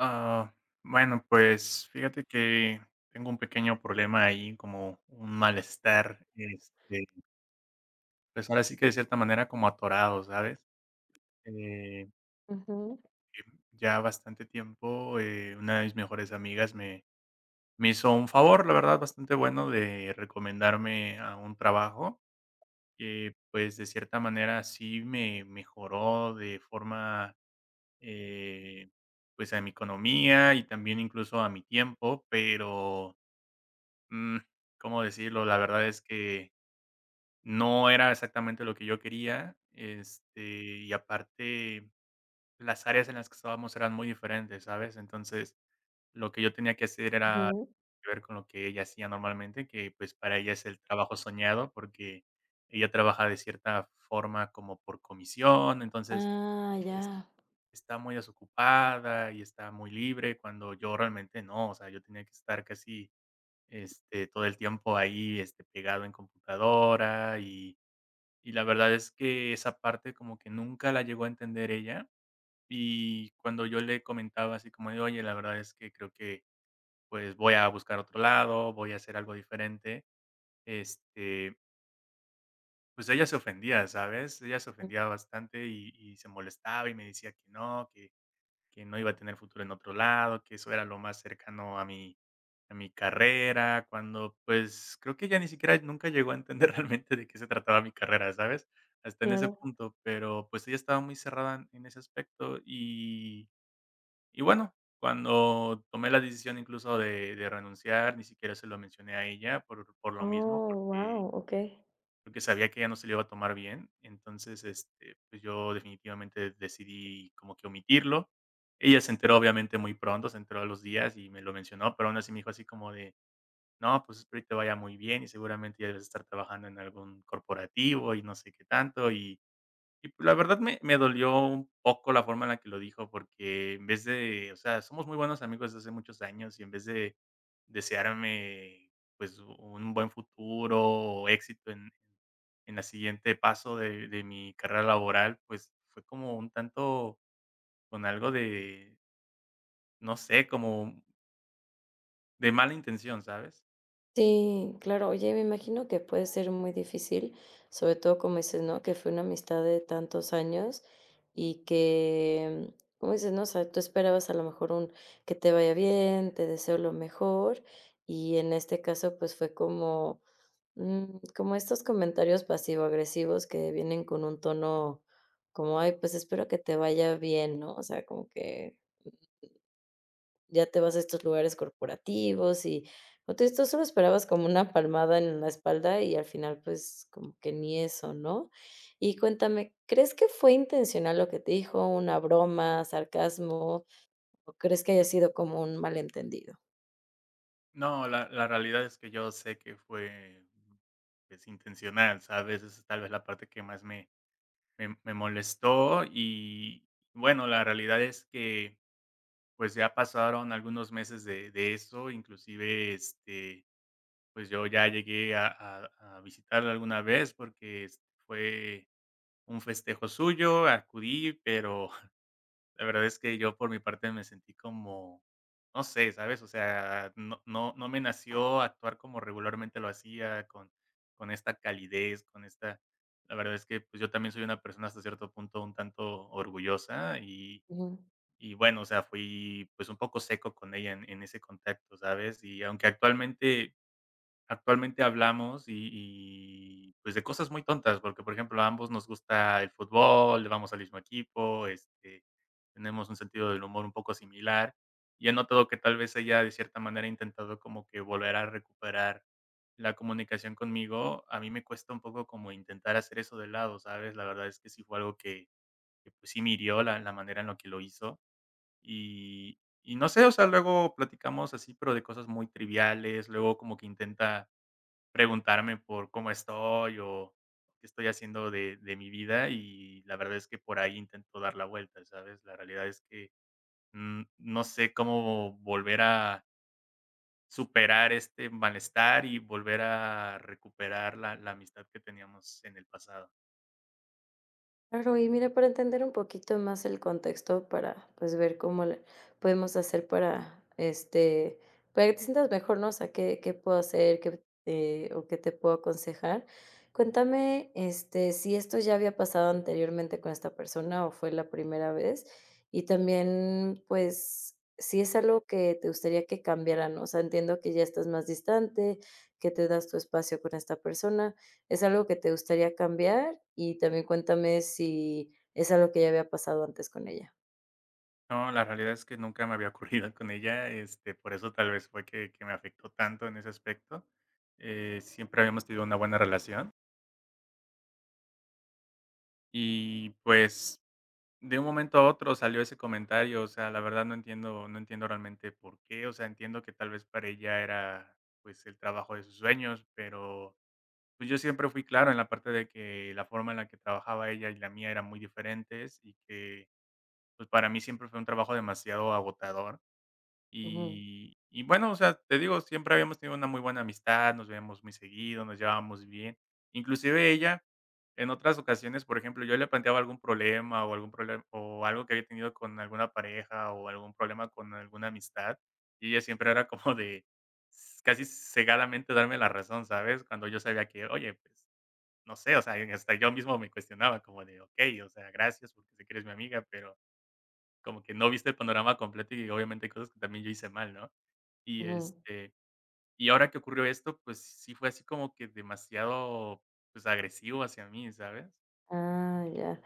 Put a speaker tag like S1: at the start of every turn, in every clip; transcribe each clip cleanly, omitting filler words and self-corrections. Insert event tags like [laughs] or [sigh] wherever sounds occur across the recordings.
S1: Ah, bueno, pues fíjate que tengo un pequeño problema ahí, como un malestar, este, pues ahora sí que de cierta manera como atorado, ¿sabes? Eh,
S2: Ujú,
S1: que ya bastante tiempo, una de mis mejores amigas me hizo un favor, la verdad, bastante bueno de recomendarme a un trabajo que pues de cierta manera sí me mejoró de forma eh, pues a mi economía y también incluso a mi tiempo, pero Mm, ¿cómo decirlo? La verdad es que no era exactamente lo que yo quería, este, y aparte las áreas en las que estábamos eran muy diferentes, ¿sabes? Entonces, lo que yo tenía que hacer era
S2: ujú.
S1: ver con lo que ella hacía normalmente, que pues para ella es el trabajo soñado, porque ella trabaja de cierta forma como por comisión, entonces
S2: Ah,
S1: es-
S2: ya.
S1: está muy desocupada y está muy libre, cuando yo realmente no, o sea, yo tenía que estar casi este, todo el tiempo ahí, este, pegado en computadora y la verdad es que esa parte como que nunca la llegó a entender ella. Y cuando yo le comentaba así como de: "Oye, la verdad es que creo que, pues, voy a buscar otro lado, voy a hacer algo diferente", este, pues, ella se ofendía, ¿sabes? Ella se
S2: Mm,
S1: ofendía bastante y se molestaba y me decía que no, que no iba a tener futuro en otro lado, que eso era lo más cercano a mi carrera, cuando, pues, creo que ya ni siquiera nunca llegó a entender [laughs] realmente de qué se trataba mi carrera, ¿sabes? Hasta en ese
S2: claro.
S1: punto, pero, pues, ella estaba muy cerrada en ese aspecto y bueno, cuando tomé la decisión incluso de renunciar, ni siquiera se lo mencioné a ella por lo mismo,
S2: Oh, wow,
S1: porque
S2: okey.
S1: porque sabía que ella no se lo iba a tomar bien. Entonces, este, pues yo definitivamente decidí como que omitirlo. Ella se enteró, obviamente, muy pronto, se enteró a los días y me lo mencionó, pero aún así me dijo así como de, no, pues espero que te vaya muy bien y seguramente ya debes estar trabajando en algún corporativo y no sé qué tanto. Y pues, la verdad me dolió un poco la forma en la que lo dijo, porque en vez de, o sea, somos muy buenos amigos desde hace muchos años y en vez de desearme pues un buen futuro o éxito en la siguiente paso de mi carrera laboral, pues, fue como un tanto con algo de, no sé, como de mala intención, ¿sabes?
S2: Sí, claro. Oye, me imagino que puede ser muy difícil, sobre todo como dices, ¿no? Que fue una amistad de tantos años y que, como dices, ¿no? O sea, tú esperabas a lo mejor un que te vaya bien, te deseo lo mejor, y en este caso pues fue como, como estos comentarios pasivo-agresivos que vienen con un tono como, ay, pues espero que te vaya bien, ¿no? O sea, como que ya te vas a estos lugares corporativos, y entonces tú solo esperabas como una palmada en la espalda y al final, pues, como que ni eso, ¿no? Y cuéntame, ¿crees que fue intencional lo que te dijo, una broma, sarcasmo, o crees que haya sido como un malentendido?
S1: No, la realidad es que yo sé que fue, pues, intencional, ¿sabes? Esa es tal vez la parte que más me molestó y, bueno, la realidad es que, pues, ya pasaron algunos meses de eso, inclusive, este, pues, yo ya llegué a visitarla alguna vez porque, este, fue un festejo suyo, acudí, pero [laughs] la verdad es que yo por mi parte me sentí como, no sé, ¿sabes? O sea, no me nació actuar como regularmente lo hacía, con esta calidez, con esta la verdad es que, pues, yo también soy una persona hasta cierto punto un tanto orgullosa y bueno, o sea, fui, pues, un poco seco con ella en ese contacto, ¿sabes? Y aunque actualmente hablamos y, pues, de cosas muy tontas, porque, por ejemplo, a ambos nos gusta el fútbol, le vamos al mismo equipo, este, tenemos un sentido del humor un poco similar, y he notado que tal vez ella, de cierta manera, ha intentado como que volver a recuperar la comunicación conmigo. A mí me cuesta un poco como intentar hacer eso de lado, ¿sabes? La verdad es que sí fue algo que, pues, sí me hirió la manera en la que lo hizo, y no sé, o sea, luego platicamos así, pero de cosas muy triviales, luego como que intenta preguntarme por cómo estoy o qué estoy haciendo de mi vida, y la verdad es que por ahí intento dar la vuelta, ¿sabes? La realidad es que, no sé cómo volver a superar este malestar y volver a recuperar la amistad que teníamos en el pasado.
S2: Claro, y mira, para entender un poquito más el contexto, para pues ver cómo le podemos hacer para este, para que te sientas mejor, ¿no? O sea, qué puedo hacer, qué, o qué te puedo aconsejar. Cuéntame, este, si esto ya había pasado anteriormente con esta persona o fue la primera vez. Y también, pues, si es algo que te gustaría que cambiara, ¿no? O sea, entiendo que ya estás más distante, que te das tu espacio con esta persona. ¿Es algo que te gustaría cambiar? Y también cuéntame si es algo que ya había pasado antes con ella.
S1: No, la realidad es que nunca me había ocurrido con ella, este, por eso tal vez fue que me afectó tanto en ese aspecto. Siempre habíamos tenido una buena relación y, pues de un momento a otro salió ese comentario, o sea, la verdad no entiendo realmente por qué, o sea, entiendo que tal vez para ella era, pues, el trabajo de sus sueños, pero, pues, yo siempre fui claro en la parte de que la forma en la que trabajaba ella y la mía eran muy diferentes y que, pues, para mí siempre fue un trabajo demasiado agotador.
S2: Ujú,
S1: Y bueno, o sea, te digo, siempre habíamos tenido una muy buena amistad, nos veíamos muy seguido, nos llevábamos bien. Inclusive ella, en otras ocasiones, por ejemplo, yo le planteaba algún problema o algo que había tenido con alguna pareja o algún problema con alguna amistad, y ella siempre era como de s casi cegadamente darme la razón, ¿sabes? Cuando yo sabía que, oye, pues, no sé, o sea, hasta yo mismo me cuestionaba como de: ok, o sea, gracias porque sé que eres mi amiga, pero como que no viste el panorama completo y obviamente hay cosas que también yo hice mal, ¿no? Y,
S2: ujú.
S1: este, y ahora que ocurrió esto, pues sí fue así como que demasiado, pues, agresivo hacia mí, ¿sabes?
S2: Ah, ya.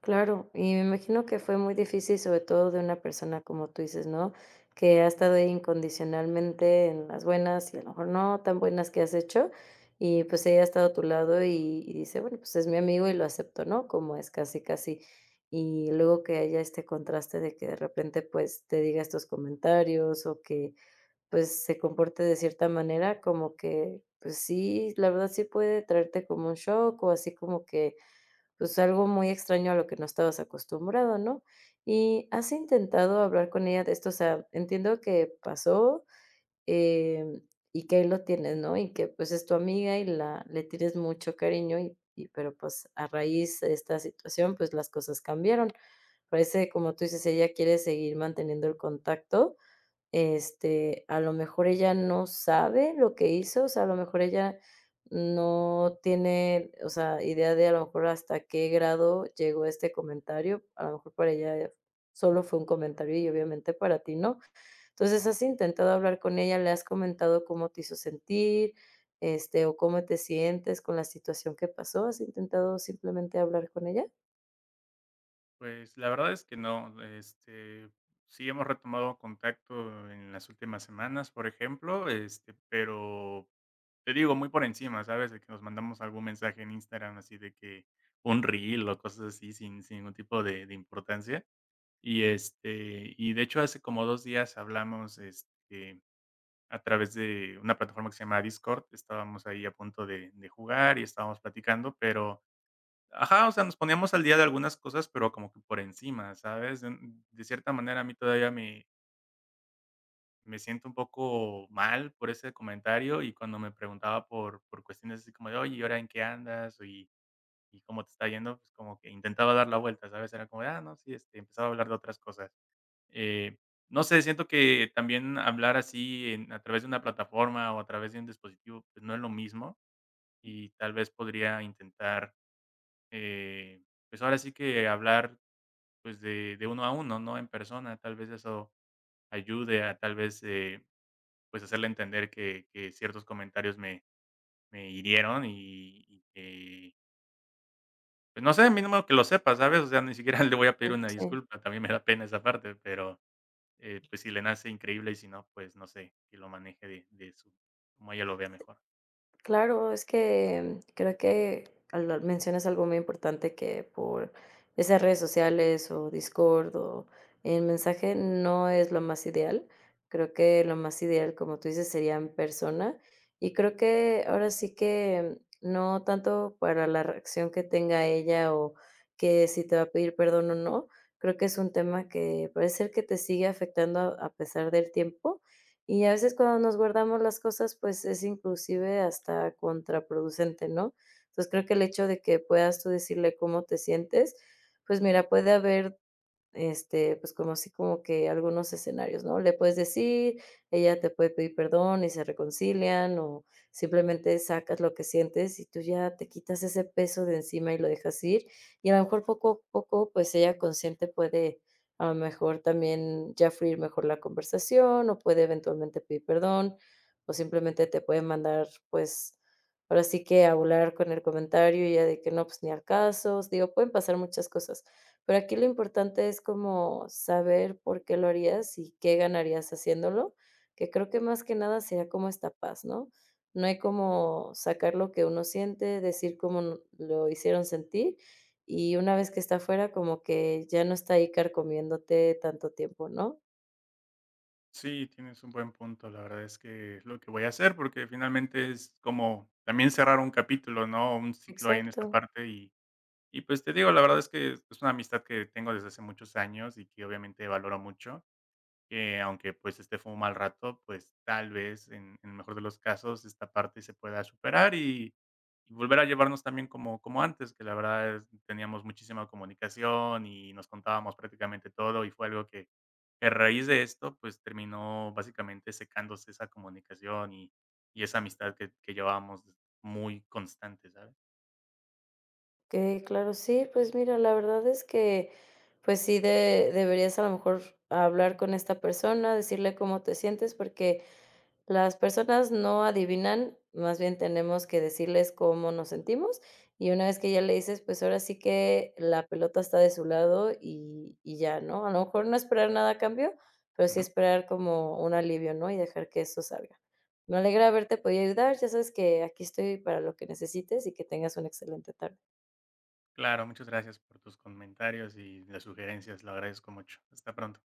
S2: Claro, y me imagino que fue muy difícil, sobre todo de una persona como tú dices, ¿no? Que ha estado ahí incondicionalmente en las buenas y a lo mejor no tan buenas que has hecho, y pues ella ha estado a tu lado, y dice, bueno, pues es mi amigo y lo acepto, ¿no? Como es casi, casi. Y luego que haya este contraste de que de repente pues te diga estos comentarios, o que pues se comporte de cierta manera, como que, pues sí, la verdad sí puede traerte como un shock, o así como que, pues, algo muy extraño a lo que no estabas acostumbrado, ¿no? ¿Y has intentado hablar con ella de esto? O sea, entiendo que pasó, em, y que ahí lo tienes, ¿no? Y que, pues, es tu amiga y la le tienes mucho cariño, y pero, pues, a raíz de esta situación, pues, las cosas cambiaron. Parece, como tú dices, ella quiere seguir manteniendo el contacto, este, a lo mejor ella no sabe lo que hizo, o sea, a lo mejor ella no tiene, o sea, idea de a lo mejor hasta qué grado llegó este comentario. A lo mejor para ella solo fue un comentario y obviamente para ti no. Entonces, ¿has intentado hablar con ella? ¿Le has comentado cómo te hizo sentir, este, o cómo te sientes con la situación que pasó? ¿Has intentado simplemente hablar con ella?
S1: Pues, la verdad es que no, este, sí hemos retomado contacto en las últimas semanas, por ejemplo, este, pero te digo, muy por encima, ¿sabes? De que nos mandamos algún mensaje en Instagram, así de que un reel o cosas así sin ningún tipo de importancia. Y, este, y de hecho hace como 2 días hablamos, este a través de una plataforma que se llama Discord. Estábamos ahí a punto de jugar y estábamos platicando, pero ajá, o sea, nos poníamos al día de algunas cosas, pero como que por encima, ¿sabes? De cierta manera, a mí todavía me siento un poco mal por ese comentario, y cuando me preguntaba por cuestiones así como de: "Oye, ¿y ahora en qué andas? ¿Y cómo te está yendo?", pues, como que intentaba dar la vuelta, ¿sabes? Era como de: "Ah, no, sí", este, empezaba a hablar de otras cosas. Eh, no sé, siento que también hablar así en a través de una plataforma o a través de un dispositivo, pues, no es lo mismo, y tal vez podría intentar, eh, pues, ahora sí que hablar, pues, de uno a uno, ¿no?, en persona, tal vez eso ayude a tal vez, pues, hacerle entender que ciertos comentarios me hirieron y que, pues, no sé, mínimo que lo sepa, ¿sabes? O sea, ni siquiera [laughs] le voy a pedir
S2: Mm,
S1: una
S2: sí.
S1: disculpa, también me da pena esa parte, pero pues si le nace increíble y si no, pues no sé, que lo maneje de su, como ella lo vea mejor.
S2: Claro, es que creo que al mencionas algo muy importante, que por esas redes sociales o Discord o el mensaje no es lo más ideal. Creo que lo más ideal, como tú dices, sería en persona. Y creo que ahora sí que no tanto para la reacción que tenga ella o que si te va a pedir perdón o no, creo que es un tema que parece ser que te sigue afectando a pesar del tiempo, y a veces cuando nos guardamos las cosas, pues, es inclusive hasta contraproducente, ¿no? Entonces, creo que el hecho de que puedas tú decirle cómo te sientes, pues mira, puede haber este, pues, como así como que algunos escenarios, ¿no? Le puedes decir, ella te puede pedir perdón y se reconcilian, o simplemente sacas lo que sientes y tú ya te quitas ese peso de encima y lo dejas ir. Y a lo mejor poco a poco, pues, ella consciente puede, a lo mejor, también ya fluir mejor la conversación, o puede eventualmente pedir perdón, o simplemente te puede mandar, pues, ahora sí que a volar con el comentario, y ya de que no, pues, ni al caso. Digo, pueden pasar muchas cosas. Pero aquí lo importante es como saber por qué lo harías y qué ganarías haciéndolo, que creo que más que nada sería como esta paz, ¿no? No hay como sacar lo que uno siente, decir cómo lo hicieron sentir, y una vez que está afuera como que ya no está ahí carcomiéndote tanto tiempo, ¿no?
S1: Sí, tienes un buen punto. La verdad es que es lo que voy a hacer porque finalmente es como también cerrar un capítulo, ¿no? Un ciclo ahí en esa
S2: Exacto.
S1: parte. Y pues te digo, la verdad es que es una amistad que tengo desde hace muchos años y que obviamente valoro mucho. Que aunque, pues, este fue un mal rato, pues, tal vez en el mejor de los casos esta parte se pueda superar y volver a llevarnos también como como antes, que la verdad es teníamos muchísima comunicación y nos contábamos prácticamente todo, y fue algo que a raíz de esto, pues, terminó básicamente secándose esa comunicación y esa amistad que llevábamos muy constante, ¿sabes?
S2: Que claro, sí, pues mira, la verdad es que pues sí deberías a lo mejor hablar con esta persona, decirle cómo te sientes, porque las personas no adivinan, más bien tenemos que decirles cómo nos sentimos, y una vez que ya le dices, pues ahora sí que la pelota está de su lado, y ya, ¿no? A lo mejor no esperar nada a cambio, pero sí
S1: Ujú.
S2: esperar como un alivio, ¿no? Y dejar que eso salga. Me alegra haberte podido ayudar, ya sabes que aquí estoy para lo que necesites y que tengas una excelente tarde.
S1: Claro, muchas gracias por tus comentarios y las sugerencias, lo agradezco mucho. Hasta pronto.